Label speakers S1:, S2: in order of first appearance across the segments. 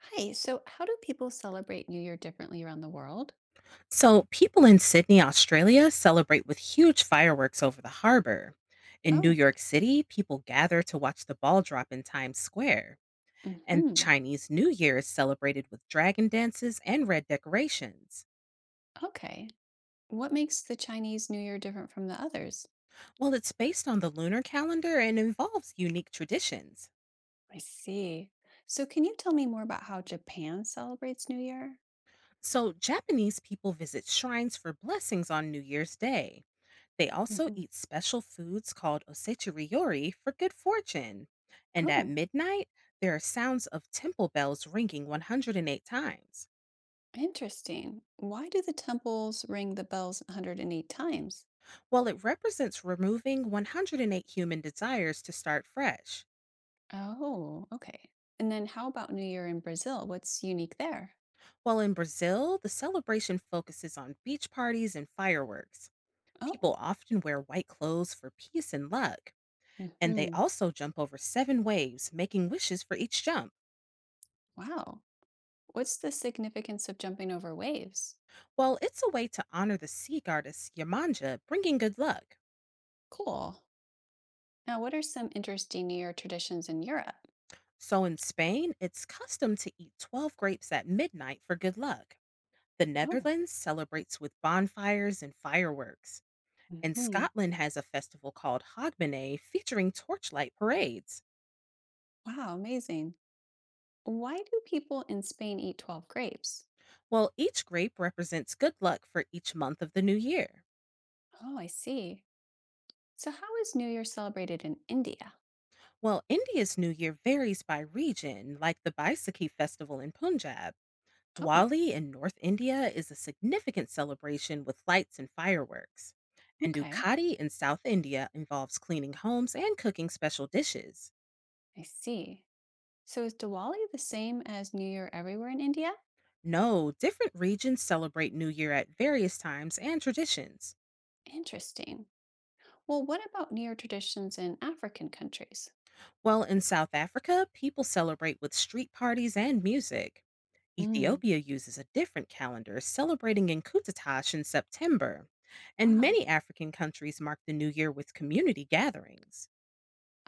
S1: Hi. So, how do people celebrate New Year differently around the world?
S2: So, people in Sydney, Australia celebrate with huge fireworks over the harbor. In New
S1: Oh,
S2: York City, people gather to watch the ball drop in Times Square. And
S1: hmm,
S2: Chinese New Year is celebrated with dragon dances and red decorations.
S1: okay. What makes the Chinese New Year different from the others?
S2: Well, it's based on the lunar calendar and involves unique traditions.
S1: I see. So, can you tell me more about how Japan celebrates New Year?
S2: So, Japanese people visit shrines for blessings on New Year's Day. They also
S1: Hmm.
S2: eat special foods called osechiriyori for good fortune. And at
S1: Oh,
S2: midnight, there are sounds of temple bells ringing 108 times.
S1: interesting. Why do the temples ring the bells 108 times?
S2: While it represents removing 108 human desires to start fresh.
S1: Oh, okay. And then, how about New Year in Brazil? What's unique there?
S2: While in Brazil, the celebration focuses on beach parties and fireworks. People
S1: Oh,
S2: often wear white clothes for peace and luck, and they
S1: hmm,
S2: also jump over seven waves, making wishes for each jump.
S1: wow. What's the significance of jumping over waves?
S2: Well, it's a way to honor the sea goddess Yamanja, bringing good luck.
S1: Cool. Now, what are some interesting New Year traditions in Europe?
S2: So in Spain, it's custom to eat 12 grapes at midnight for good luck. The
S1: Oh,
S2: Netherlands celebrates with bonfires and fireworks. And
S1: hmm.
S2: Scotland has a festival called Hogmanay featuring torchlight parades.
S1: Wow, amazing. Why do people in Spain eat 12 grapes?
S2: Well, each grape represents good luck for each month of the new year.
S1: Oh, I see. So, how is New Year celebrated in India?
S2: Well, India's New Year varies by region, like the Baisakhi festival in Punjab.
S1: Oh,
S2: Diwali in North India is a significant celebration with lights and fireworks. And
S1: okay.
S2: Dukkati in South India involves cleaning homes and cooking special dishes.
S1: I see. So, is Diwali the same as New Year everywhere in India?
S2: No, different regions celebrate New Year at various times and traditions.
S1: Interesting. Well, what about New Year traditions in African countries?
S2: While in South Africa, people celebrate with street parties and music.
S1: Mm.
S2: Ethiopia uses a different calendar, celebrating Inkutatash in September. And
S1: Wow.
S2: many African countries mark the New Year with community gatherings.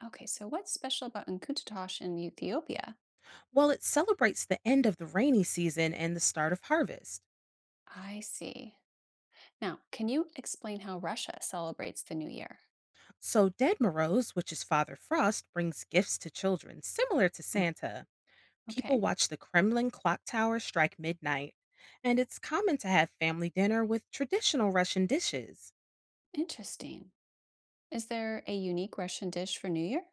S1: Okay. So, what's special about Nkutatosh in Ethiopia?
S2: Well, it celebrates the end of the rainy season and the start of harvest.
S1: I see. Now, can you explain how Russia celebrates the New Year?
S2: So, Dead Moroz, which is Father Frost, brings gifts to children, similar to
S1: Mm.
S2: Santa. People
S1: Okay,
S2: watch the Kremlin clock tower strike midnight, and it's common to have family dinner with traditional Russian dishes.
S1: interesting. Is there a unique Russian dish for New Year?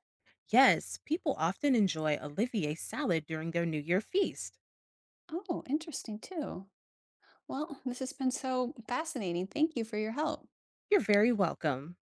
S2: Yes, people often enjoy Olivier salad during their New Year feast.
S1: Oh, interesting too. Well, this has been so fascinating. Thank you for your help.
S2: You're very welcome.